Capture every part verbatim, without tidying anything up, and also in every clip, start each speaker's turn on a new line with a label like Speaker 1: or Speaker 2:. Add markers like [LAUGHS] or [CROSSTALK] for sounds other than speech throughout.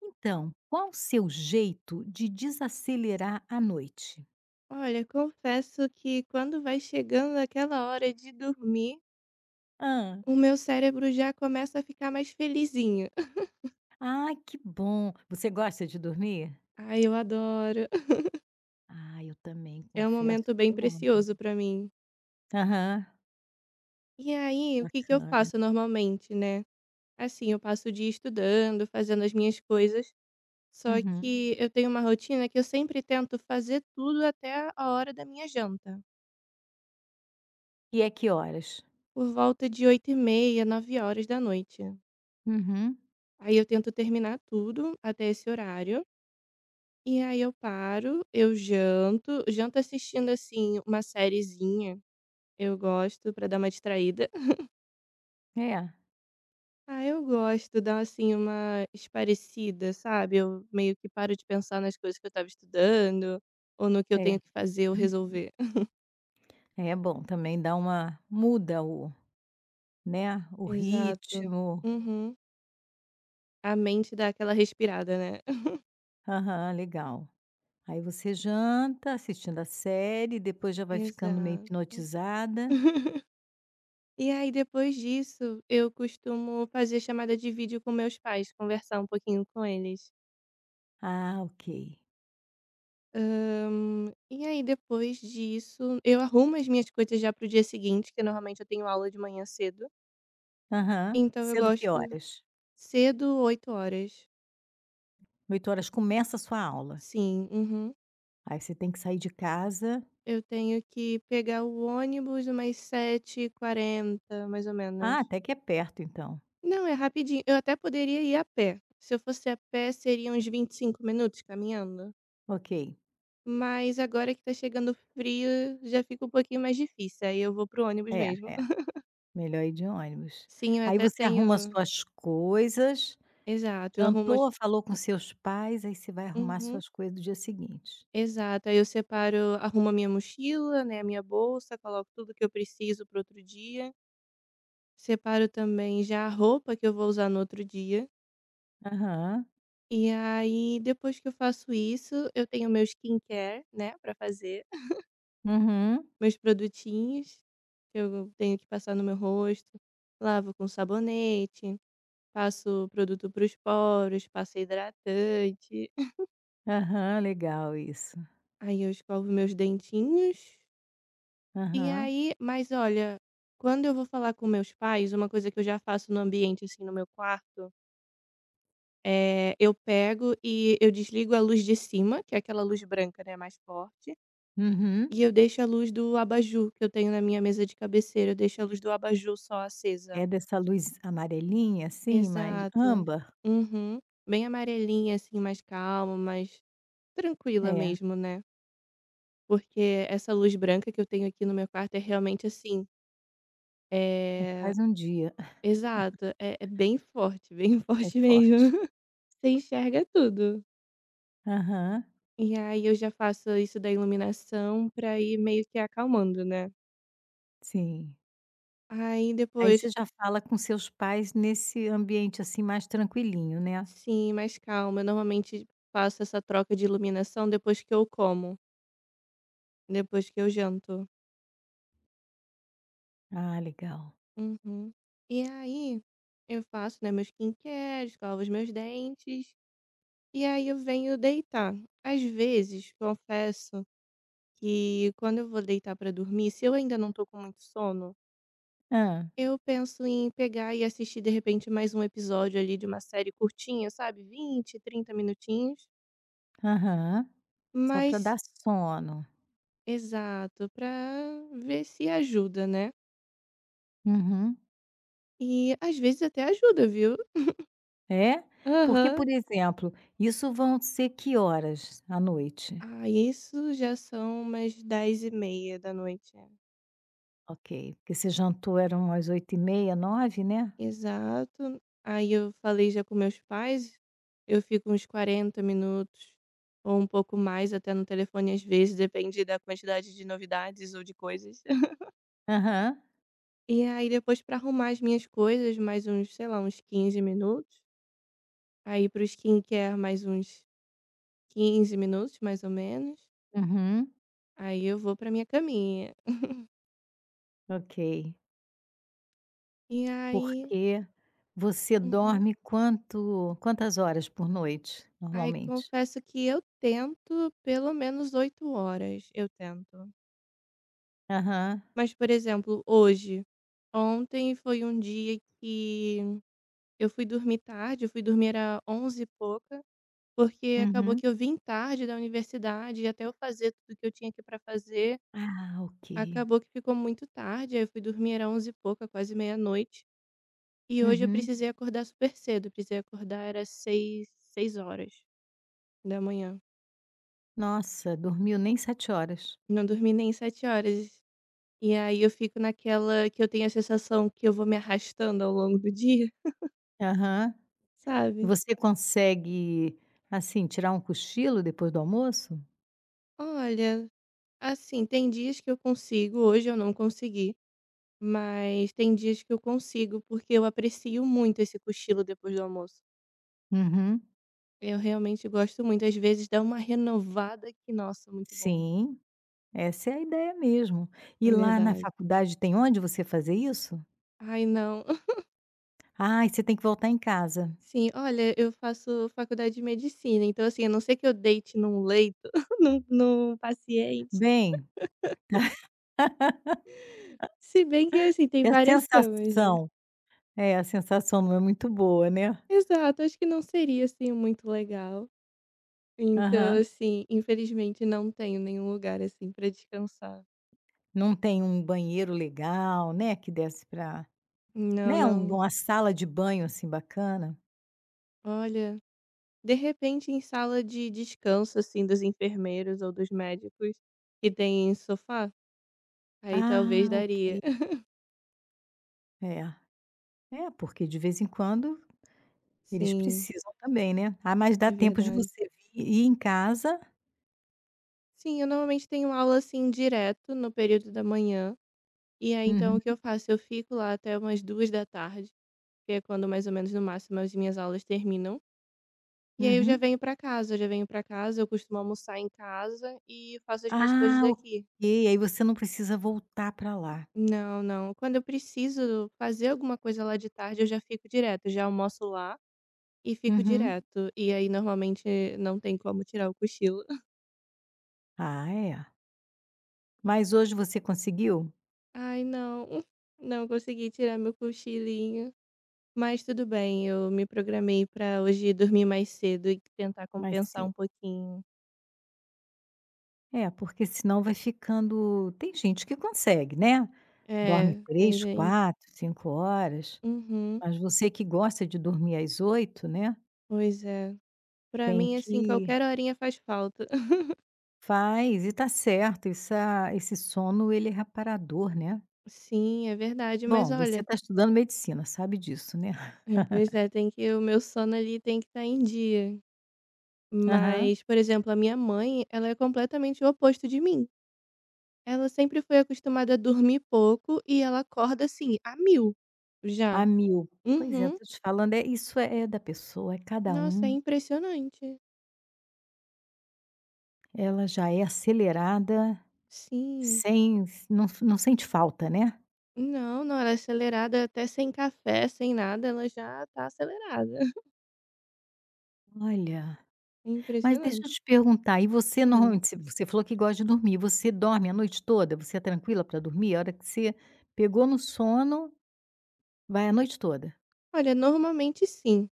Speaker 1: Então, qual o seu jeito de desacelerar à noite?
Speaker 2: Olha, confesso que quando vai chegando aquela hora de dormir,
Speaker 1: Ah,
Speaker 2: o meu cérebro já começa a ficar mais felizinho. [LAUGHS]
Speaker 1: Ah, que bom. Você gosta de dormir?
Speaker 2: Ai, eu adoro. [LAUGHS]
Speaker 1: Ah, eu também
Speaker 2: É um
Speaker 1: confesso
Speaker 2: momento bem
Speaker 1: que eu amo.
Speaker 2: precioso pra mim.
Speaker 1: Aham,
Speaker 2: E aí, o que que eu
Speaker 1: bacana.
Speaker 2: faço normalmente, né? Assim, eu passo o dia estudando, fazendo as minhas coisas, só
Speaker 1: Uhum.
Speaker 2: que eu tenho uma rotina que eu sempre tento fazer tudo até a hora da minha janta,
Speaker 1: E é que horas?
Speaker 2: por volta de oito e meia, nove horas da noite.
Speaker 1: Uhum.
Speaker 2: Aí eu tento terminar tudo até esse horário. E aí eu paro, eu janto, janto assistindo, assim, uma sériezinha, eu gosto pra dar uma distraída. [LAUGHS]
Speaker 1: É,
Speaker 2: Ah, eu gosto, dar assim, uma esparecida sabe, eu meio que paro de pensar nas coisas que eu estava estudando, ou no que eu
Speaker 1: é.
Speaker 2: tenho que fazer ou resolver. [LAUGHS]
Speaker 1: É bom, também dá uma muda o né, o
Speaker 2: Exato.
Speaker 1: ritmo.
Speaker 2: Uhum. A mente dá aquela respirada, né. [LAUGHS]
Speaker 1: Aham, legal. Aí você janta assistindo a série, depois já vai ficando meio
Speaker 2: Exato.
Speaker 1: hipnotizada.
Speaker 2: [LAUGHS] E aí depois disso, eu costumo fazer chamada de vídeo com meus pais, conversar um pouquinho com eles.
Speaker 1: Ah, ok.
Speaker 2: Hã, e aí depois disso, eu arrumo as minhas coisas já para o dia seguinte, que normalmente eu tenho aula de manhã cedo,
Speaker 1: Aham.
Speaker 2: então eu
Speaker 1: Cedo que
Speaker 2: gosto
Speaker 1: horas?
Speaker 2: cedo, oito horas.
Speaker 1: Oito horas começa a sua aula.
Speaker 2: Sim, uhum.
Speaker 1: Aí você tem que sair de casa
Speaker 2: Eu tenho que pegar o ônibus umas sete e quarenta mais ou
Speaker 1: ah,
Speaker 2: menos.
Speaker 1: até que é perto então.
Speaker 2: Não, é rapidinho. Eu até poderia ir a pé. Se eu fosse a pé, seriam uns vinte e cinco minutos caminhando,
Speaker 1: Ok.
Speaker 2: mas agora que tá chegando frio, já fica um pouquinho mais difícil, aí eu vou pro ônibus
Speaker 1: É,
Speaker 2: mesmo.
Speaker 1: é.
Speaker 2: [LAUGHS]
Speaker 1: Melhor ir de ônibus.
Speaker 2: Sim, eu
Speaker 1: Aí
Speaker 2: até
Speaker 1: você arruma
Speaker 2: tenho.
Speaker 1: suas coisas,
Speaker 2: Exato, eu arrumo as.
Speaker 1: jantou, falou com seus pais, aí você vai arrumar
Speaker 2: Uhum,
Speaker 1: suas coisas do dia seguinte.
Speaker 2: exato. Aí eu separo arrumo a minha mochila, né, a minha bolsa, coloco tudo que eu preciso pro outro dia, separo também já a roupa que eu vou usar no outro dia,
Speaker 1: Aham.
Speaker 2: e aí depois que eu faço isso, eu tenho meu skincare, né, pra fazer. [LAUGHS]
Speaker 1: Uhum.
Speaker 2: Meus produtinhos, que eu tenho que passar no meu rosto, lavo com sabonete, passo produto para os poros, passo hidratante. [LAUGHS]
Speaker 1: Aham, legal isso.
Speaker 2: Aí eu escovo meus dentinhos. E
Speaker 1: Aham.
Speaker 2: aí mas olha, quando eu vou falar com meus pais, uma coisa que eu já faço no ambiente, assim, no meu quarto, é eu pego e eu desligo a luz de cima, que é aquela luz branca, né, mais forte,
Speaker 1: Uhum.
Speaker 2: e eu deixo a luz do abajur que eu tenho na minha mesa de cabeceira, eu deixo a luz do abajur só acesa.
Speaker 1: É dessa luz amarelinha, assim, mas
Speaker 2: Exato.
Speaker 1: âmbar?
Speaker 2: Uhum. Bem amarelinha, assim, mais calma, mais tranquila
Speaker 1: É,
Speaker 2: mesmo, né. Porque essa luz branca que eu tenho aqui no meu quarto é realmente assim,
Speaker 1: é
Speaker 2: eh
Speaker 1: quase um dia. [LAUGHS]
Speaker 2: Exato, é é bem forte, bem [LAUGHS]
Speaker 1: É
Speaker 2: forte
Speaker 1: forte.
Speaker 2: mesmo. Você enxerga tudo.
Speaker 1: Aham.
Speaker 2: E aí eu já faço isso da iluminação pra ir meio que acalmando, né.
Speaker 1: Sim.
Speaker 2: Aí
Speaker 1: Aí
Speaker 2: depois
Speaker 1: você já fala com seus pais nesse ambiente, assim, mais tranquilinho, né.
Speaker 2: sim, mais calma, eu normalmente faço essa troca de iluminação depois que eu como, depois que eu janto.
Speaker 1: Ah, legal.
Speaker 2: Uhum. E aí, eu faço, né, meu skincare, escovo os meus dentes, e aí eu venho deitar. Às vezes, confesso que quando eu vou deitar pra dormir, se eu ainda não tô com muito sono,
Speaker 1: Ah
Speaker 2: eu penso em pegar e assistir de repente mais um episódio ali de uma série curtinha, sabe, vinte, trinta minutinhos,
Speaker 1: Aham. Só para
Speaker 2: mas
Speaker 1: dar sono.
Speaker 2: exato, pra ver se ajuda, né.
Speaker 1: Uhum.
Speaker 2: E às vezes até ajuda, viu.
Speaker 1: É? Porque,
Speaker 2: Aham.
Speaker 1: por exemplo, isso vão ser que horas à noite?
Speaker 2: Ah, isso já são umas dez e meia da noite. É.
Speaker 1: Ok. Porque você jantou eram umas oito e meia nove né?
Speaker 2: Exato. Aí eu falei já com meus pais, eu fico uns quarenta minutos ou um pouco mais até no telefone às vezes, depende da quantidade de novidades ou de coisas. [LAUGHS]
Speaker 1: Aham.
Speaker 2: E aí depois para arrumar as minhas coisas, mais uns, sei lá, uns quinze minutos. Aí para o skincare mais uns quinze minutos, mais ou menos.
Speaker 1: Uhum.
Speaker 2: Aí eu vou pra minha caminha.
Speaker 1: Ok.
Speaker 2: E aí.
Speaker 1: Porque você
Speaker 2: Uhum.
Speaker 1: dorme quanto quantas horas por noite,
Speaker 2: Aí
Speaker 1: normalmente?
Speaker 2: confesso que eu tento pelo menos oito horas, eu tento.
Speaker 1: Aham.
Speaker 2: Mas, por exemplo, hoje, ontem foi um dia que eu fui dormir tarde, eu fui dormir era onze e pouca, porque acabou
Speaker 1: Uhum.
Speaker 2: que eu vim tarde da universidade e até eu fazer tudo que eu tinha aqui para fazer,
Speaker 1: Ah, ok.
Speaker 2: acabou que ficou muito tarde, aí eu fui dormir era onze e pouca, quase meia-noite, e hoje eu
Speaker 1: Uhum.
Speaker 2: precisei acordar super cedo, eu precisei acordar era seis seis horas da manhã.
Speaker 1: Nossa, dormiu nem sete horas.
Speaker 2: Não dormi nem sete horas. E aí eu fico naquela que eu tenho a sensação que eu vou me arrastando ao longo do dia,
Speaker 1: Aham.
Speaker 2: sabe?
Speaker 1: Você consegue, assim, tirar um cochilo depois do almoço?
Speaker 2: Olha, assim, tem dias que eu consigo, hoje eu não consegui, mas tem dias que eu consigo, porque eu aprecio muito esse cochilo depois do almoço.
Speaker 1: Uhum.
Speaker 2: Eu realmente gosto muito, às vezes dá uma renovada que, nossa, muito bom.
Speaker 1: Sim, essa é a ideia mesmo. E
Speaker 2: É
Speaker 1: lá na
Speaker 2: verdade.
Speaker 1: faculdade tem onde você fazer isso?
Speaker 2: Ai, não. [LAUGHS]
Speaker 1: Ah, você tem que voltar em casa.
Speaker 2: Sim, olha, eu faço faculdade de medicina, então assim, a não ser que eu deite num leito, [LAUGHS] num, num paciente,
Speaker 1: Bem, [LAUGHS]
Speaker 2: se bem que assim, tem
Speaker 1: que a
Speaker 2: várias camas, né?
Speaker 1: sensação é, a sensação não é muito boa, né.
Speaker 2: Exato, acho que não seria assim muito legal. Então,
Speaker 1: Aham.
Speaker 2: assim, infelizmente não tenho nenhum lugar, assim, pra descansar.
Speaker 1: Não tem um banheiro legal, né, que desse para,
Speaker 2: Não,
Speaker 1: né, um
Speaker 2: não.
Speaker 1: uma sala de banho, assim, bacana.
Speaker 2: Olha, de repente em sala de descanso, assim, dos enfermeiros ou dos médicos que tem sofá, aí talvez
Speaker 1: Ah,
Speaker 2: daria.
Speaker 1: ok.
Speaker 2: [LAUGHS]
Speaker 1: É, é porque de vez em quando eles
Speaker 2: Sim,
Speaker 1: precisam também, né. Ah, mas dá
Speaker 2: é
Speaker 1: tempo de
Speaker 2: verdade.
Speaker 1: você vir ir em casa
Speaker 2: Sim, eu normalmente tenho aula, assim, direto no período da manhã, e aí então
Speaker 1: uhum,
Speaker 2: o que eu faço? Eu fico lá até umas duas da tarde que é quando mais ou menos no máximo as minhas aulas terminam. E aí eu já
Speaker 1: uhum.
Speaker 2: venho pra casa, eu já venho pra casa, eu costumo almoçar em casa e faço as minhas coisas
Speaker 1: Ah, ok,
Speaker 2: daqui.
Speaker 1: aí você não precisa voltar para lá.
Speaker 2: Não, não. Quando eu preciso fazer alguma coisa lá de tarde, eu já fico direto, já almoço lá e fico
Speaker 1: Uhum.
Speaker 2: direto. E aí normalmente não tem como tirar o cochilo. [LAUGHS]
Speaker 1: Ah, é. Mas hoje você conseguiu?
Speaker 2: Ai, não. Não consegui tirar meu cochilinho. Mas tudo bem, eu me programei pra hoje dormir mais cedo e tentar
Speaker 1: Mais
Speaker 2: compensar
Speaker 1: cedo.
Speaker 2: um pouquinho.
Speaker 1: É, porque senão vai ficando tem gente que consegue, né, dorme
Speaker 2: É, tem
Speaker 1: três,
Speaker 2: gente.
Speaker 1: quatro, cinco horas,
Speaker 2: Uhum.
Speaker 1: mas você que gosta de dormir às oito, né,
Speaker 2: Pois é. Pra
Speaker 1: tem
Speaker 2: mim, assim,
Speaker 1: que
Speaker 2: qualquer horinha faz falta. [LAUGHS]
Speaker 1: Faz, e tá certo, essa esse sono ele é reparador, né.
Speaker 2: Sim, é verdade, mas
Speaker 1: Bom, você
Speaker 2: olha
Speaker 1: está estudando medicina, sabe disso, né. [LAUGHS]
Speaker 2: eh, pois é, tem que o meu sono ali tem que estar em dia.
Speaker 1: Aham.
Speaker 2: Mas, por exemplo, a minha mãe, ela é completamente o oposto de mim. Ela sempre foi acostumada a dormir pouco e ela acorda, assim, a mil. Já.
Speaker 1: A mil. Pois é,
Speaker 2: Uhum.
Speaker 1: tô te falando, é isso é é da pessoa, é cada
Speaker 2: Nossa, é
Speaker 1: um,
Speaker 2: impressionante.
Speaker 1: ela já é acelerada,
Speaker 2: Sim.
Speaker 1: sem não não sente falta, né.
Speaker 2: Não, não, ela é acelerada até sem café, sem nada, ela já tá acelerada. [LAUGHS]
Speaker 1: Olha,
Speaker 2: É
Speaker 1: mas deixa
Speaker 2: impressionante.
Speaker 1: eu te perguntar, e você
Speaker 2: Hum.
Speaker 1: normalmente se você falou que gosta de dormir, você dorme a noite toda? Você é tranquila para dormir? A hora que você pegou no sono, vai a noite toda?
Speaker 2: Olha, normalmente sim.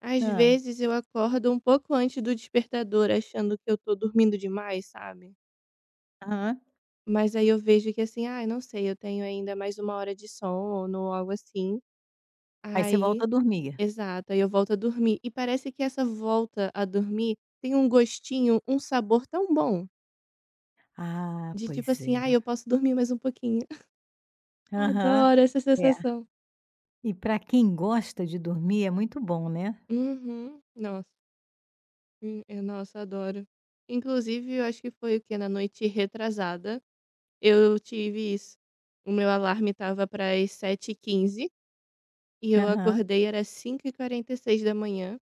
Speaker 2: Às
Speaker 1: Hã.
Speaker 2: vezes eu acordo um pouco antes do despertador achando que eu tô dormindo demais, sabe.
Speaker 1: Aham.
Speaker 2: Mas aí eu vejo que assim, ah, não sei, eu tenho ainda mais uma hora de sono ou algo assim,
Speaker 1: Aí você volta
Speaker 2: aí
Speaker 1: a dormir.
Speaker 2: exato, aí eu volto a dormir. E parece que essa volta a dormir tem um gostinho, um sabor tão bom,
Speaker 1: Ah,
Speaker 2: de tipo
Speaker 1: pois
Speaker 2: assim:
Speaker 1: é.
Speaker 2: ah, eu posso dormir mais um pouquinho". [LAUGHS]
Speaker 1: Aham.
Speaker 2: Adoro essa
Speaker 1: É.
Speaker 2: sensação.
Speaker 1: E para quem gosta de dormir é muito bom, né.
Speaker 2: Uhum. Nossa, hum, eh, nossa adoro. Inclusive eu acho que foi o que. Na noite retrasada eu tive isso. O meu alarme estava para as sete e quinze e quinze e eu
Speaker 1: Aham.
Speaker 2: acordei, era cinco e quarenta e seis da manhã.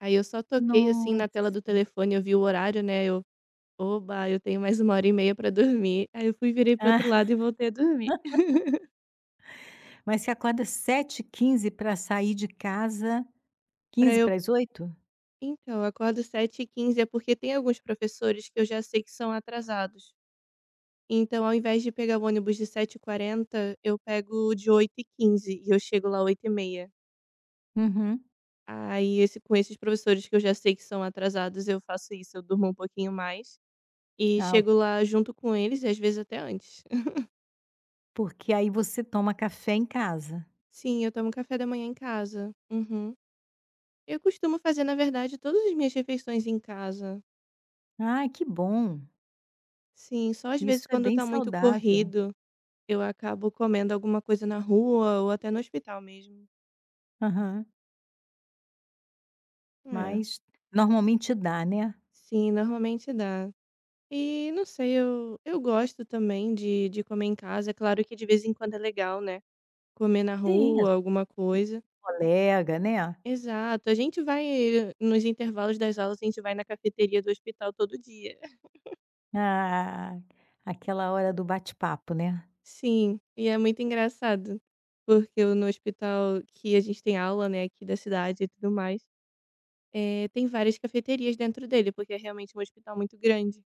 Speaker 2: Aí eu só toquei, assim, na tela do
Speaker 1: Nossa.
Speaker 2: telefone, eu vi o horário, né, eu: "Oba, eu tenho mais uma hora e meia para dormir". Aí eu fui, virei para
Speaker 1: Ah,
Speaker 2: outro lado e voltei a dormir. [LAUGHS]
Speaker 1: mas você acorda sete e quinze pra sair de casa
Speaker 2: Para eu
Speaker 1: sete e quarenta e cinco?
Speaker 2: então, eu acordo sete e quinze é porque tem alguns professores que eu já sei que são atrasados. Então, ao invés de pegar o ônibus de sete e quarenta eu pego o de oito e quinze e eu chego lá oito e meia.
Speaker 1: Uhum.
Speaker 2: Aí esse com esses professores que eu já sei que são atrasados, eu faço isso, eu durmo um pouquinho mais e
Speaker 1: Ah, ok.
Speaker 2: chego lá junto com eles e às vezes até antes. [LAUGHS]
Speaker 1: Porque aí você toma café em casa.
Speaker 2: Sim, eu tomo café da manhã em casa. Uhum. Eu costumo fazer, na verdade, todas as minhas refeições em casa.
Speaker 1: Ai, que bom.
Speaker 2: Sim, só às
Speaker 1: Isso
Speaker 2: vezes
Speaker 1: é
Speaker 2: quando
Speaker 1: bem
Speaker 2: tá muito
Speaker 1: saudável.
Speaker 2: corrido, eu acabo comendo alguma coisa na rua ou até no hospital mesmo.
Speaker 1: Aham.
Speaker 2: É.
Speaker 1: Mas normalmente dá, né.
Speaker 2: Sim, normalmente dá. E não sei, eu, eu gosto também de, de comer em casa. É claro que de vez em quando é legal, né? Comer na
Speaker 1: Sim, às
Speaker 2: rua, alguma coisa.
Speaker 1: colega, né.
Speaker 2: Exato, a gente vai eh, nos intervalos das aulas, a gente vai na cafeteria do hospital todo dia.
Speaker 1: Ah, aquela hora do bate-papo, né.
Speaker 2: Sim, e é muito engraçado, porque eu no hospital que a gente tem aula, né, aqui da cidade e tudo mais, eh, tem várias cafeterias dentro dele, porque é realmente um hospital muito grande.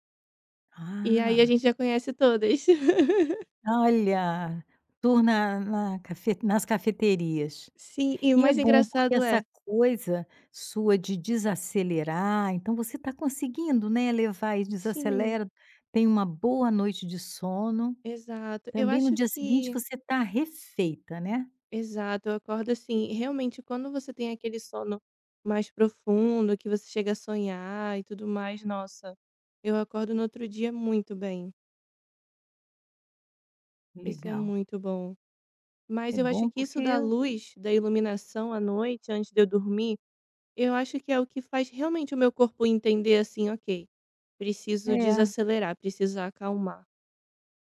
Speaker 2: E aí a
Speaker 1: Ah.
Speaker 2: gente já conhece todas. [LAUGHS]
Speaker 1: Olha, tour na na cafe nas cafeterias.
Speaker 2: Sim, e o
Speaker 1: E é
Speaker 2: mais
Speaker 1: bom, porque
Speaker 2: engraçado
Speaker 1: essa
Speaker 2: é
Speaker 1: coisa sua de desacelerar, então você está conseguindo, né, levar e
Speaker 2: sim,
Speaker 1: desacelera, tem uma boa noite de sono,
Speaker 2: exato. Eu
Speaker 1: também no
Speaker 2: acho
Speaker 1: dia seguinte
Speaker 2: que.
Speaker 1: você está refeita, né.
Speaker 2: Exato, eu acordo assim, realmente quando você tem aquele sono mais profundo, que você chega a sonhar e tudo mais, nossa, eu acordo no outro dia muito bem. Isso é
Speaker 1: Legal.
Speaker 2: muito bom. Mas
Speaker 1: É
Speaker 2: eu acho
Speaker 1: bom
Speaker 2: que isso
Speaker 1: porque
Speaker 2: da luz, da iluminação à noite, antes de eu dormir, eu acho que é o que faz realmente o meu corpo entender assim, ok, preciso
Speaker 1: é.
Speaker 2: desacelerar, preciso acalmar.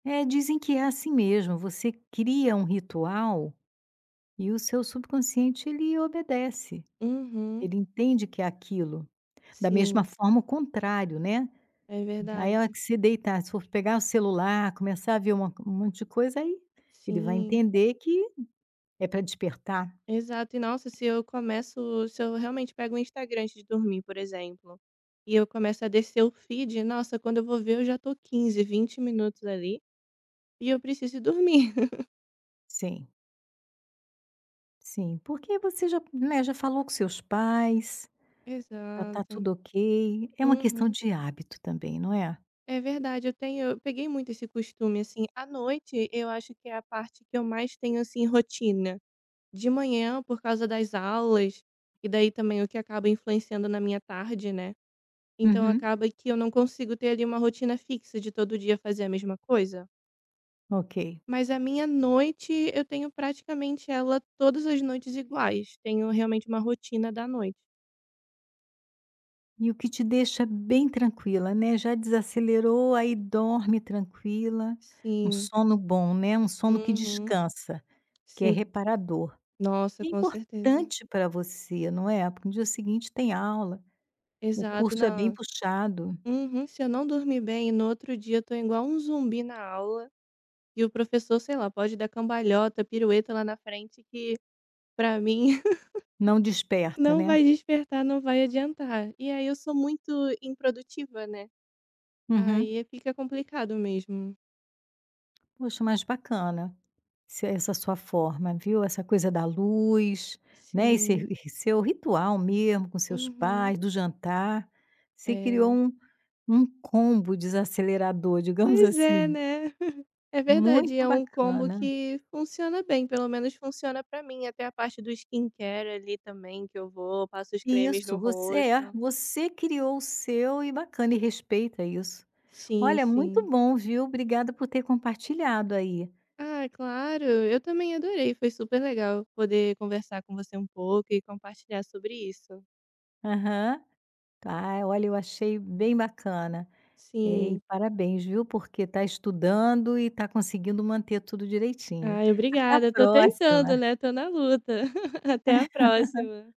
Speaker 1: É, dizem que é assim mesmo, você cria um ritual e o seu subconsciente ele obedece,
Speaker 2: Uhum,
Speaker 1: ele entende que é aquilo. Da mesma
Speaker 2: sim,
Speaker 1: forma, o contrário, né.
Speaker 2: é
Speaker 1: Aí, a
Speaker 2: verdade.
Speaker 1: que se deitar, se for pegar o celular, começar a ver uma um monte de coisa, aí ele vai
Speaker 2: Sim.
Speaker 1: entender que é pra despertar.
Speaker 2: Exato. E nossa, se eu começo se eu realmente pego o Instagram antes de dormir, por exemplo, e eu começo a descer o feed, nossa, quando eu vou ver eu já tô quinze vinte minutos ali, e eu preciso ir dormir.
Speaker 1: Sim, sim. Porque você já, né, já falou com seus pais,
Speaker 2: [LAUGHS]
Speaker 1: já tá
Speaker 2: Exato.
Speaker 1: tudo ok. É uma questão
Speaker 2: Uhum.
Speaker 1: de hábito também, não é?
Speaker 2: É verdade, eu tenho eu peguei muito esse costume, assim, à noite eu acho que é a parte que eu mais tenho, assim, rotina. De manhã, por causa das aulas, e daí também o que acaba influenciando na minha tarde, né, então
Speaker 1: Uhum.
Speaker 2: acaba que eu não consigo ter ali uma rotina fixa de todo dia fazer a mesma coisa.
Speaker 1: Ok.
Speaker 2: Mas a minha noite, eu tenho praticamente ela todas as noites iguais. Tenho realmente uma rotina da noite.
Speaker 1: E o que te deixa bem tranquila, né, já desacelerou, aí dorme tranquila, um
Speaker 2: Sim.
Speaker 1: sono bom, né, um sono que
Speaker 2: Uhum.
Speaker 1: descansa, que é
Speaker 2: Sim.
Speaker 1: reparador.
Speaker 2: Nossa,
Speaker 1: E é
Speaker 2: com certeza.
Speaker 1: importante para você, não é, porque no dia seguinte tem aula, o
Speaker 2: Exato,
Speaker 1: curso é bem
Speaker 2: não.
Speaker 1: puxado,
Speaker 2: Uhum. Se eu não dormir bem, no outro dia eu tô igual um zumbi na aula e o professor, sei lá, pode dar cambalhota, pirueta lá na frente que pra mim [LAUGHS]
Speaker 1: não desperta,
Speaker 2: não
Speaker 1: né.
Speaker 2: vai despertar, não vai adiantar. E aí eu sou muito improdutiva, né.
Speaker 1: Uhum.
Speaker 2: Aí fica complicado mesmo.
Speaker 1: Poxa, mas bacana. Se essa sua forma, viu, essa coisa da luz, né, esse
Speaker 2: Sim.
Speaker 1: ri seu ritual mesmo com seus
Speaker 2: Uhum.
Speaker 1: pais, do jantar, você criou
Speaker 2: É.
Speaker 1: um um combo desacelerador, digamos
Speaker 2: Pois é,
Speaker 1: assim,
Speaker 2: né. [LAUGHS] É verdade,
Speaker 1: muito
Speaker 2: é um combo
Speaker 1: bacana.
Speaker 2: que funciona bem, pelo menos funciona pra mim, até a parte do skincare ali também que eu vou, passo os cremes no
Speaker 1: Isso, você é,
Speaker 2: rosto.
Speaker 1: você criou o seu e bacana, e respeita isso.
Speaker 2: Sim,
Speaker 1: Olha, muito
Speaker 2: sim.
Speaker 1: bom, viu, obrigada por ter compartilhado aí.
Speaker 2: Ah, claro, eu também adorei, foi super legal poder conversar com você um pouco e compartilhar sobre isso.
Speaker 1: Aham. Tá, olha, eu achei bem bacana. É, e
Speaker 2: Sim.
Speaker 1: parabéns, viu, porque está estudando e está conseguindo manter tudo direitinho.
Speaker 2: Ai,
Speaker 1: Até a
Speaker 2: obrigada, tô tentando,
Speaker 1: próxima.
Speaker 2: né, tô na luta. [LAUGHS] Até a próxima.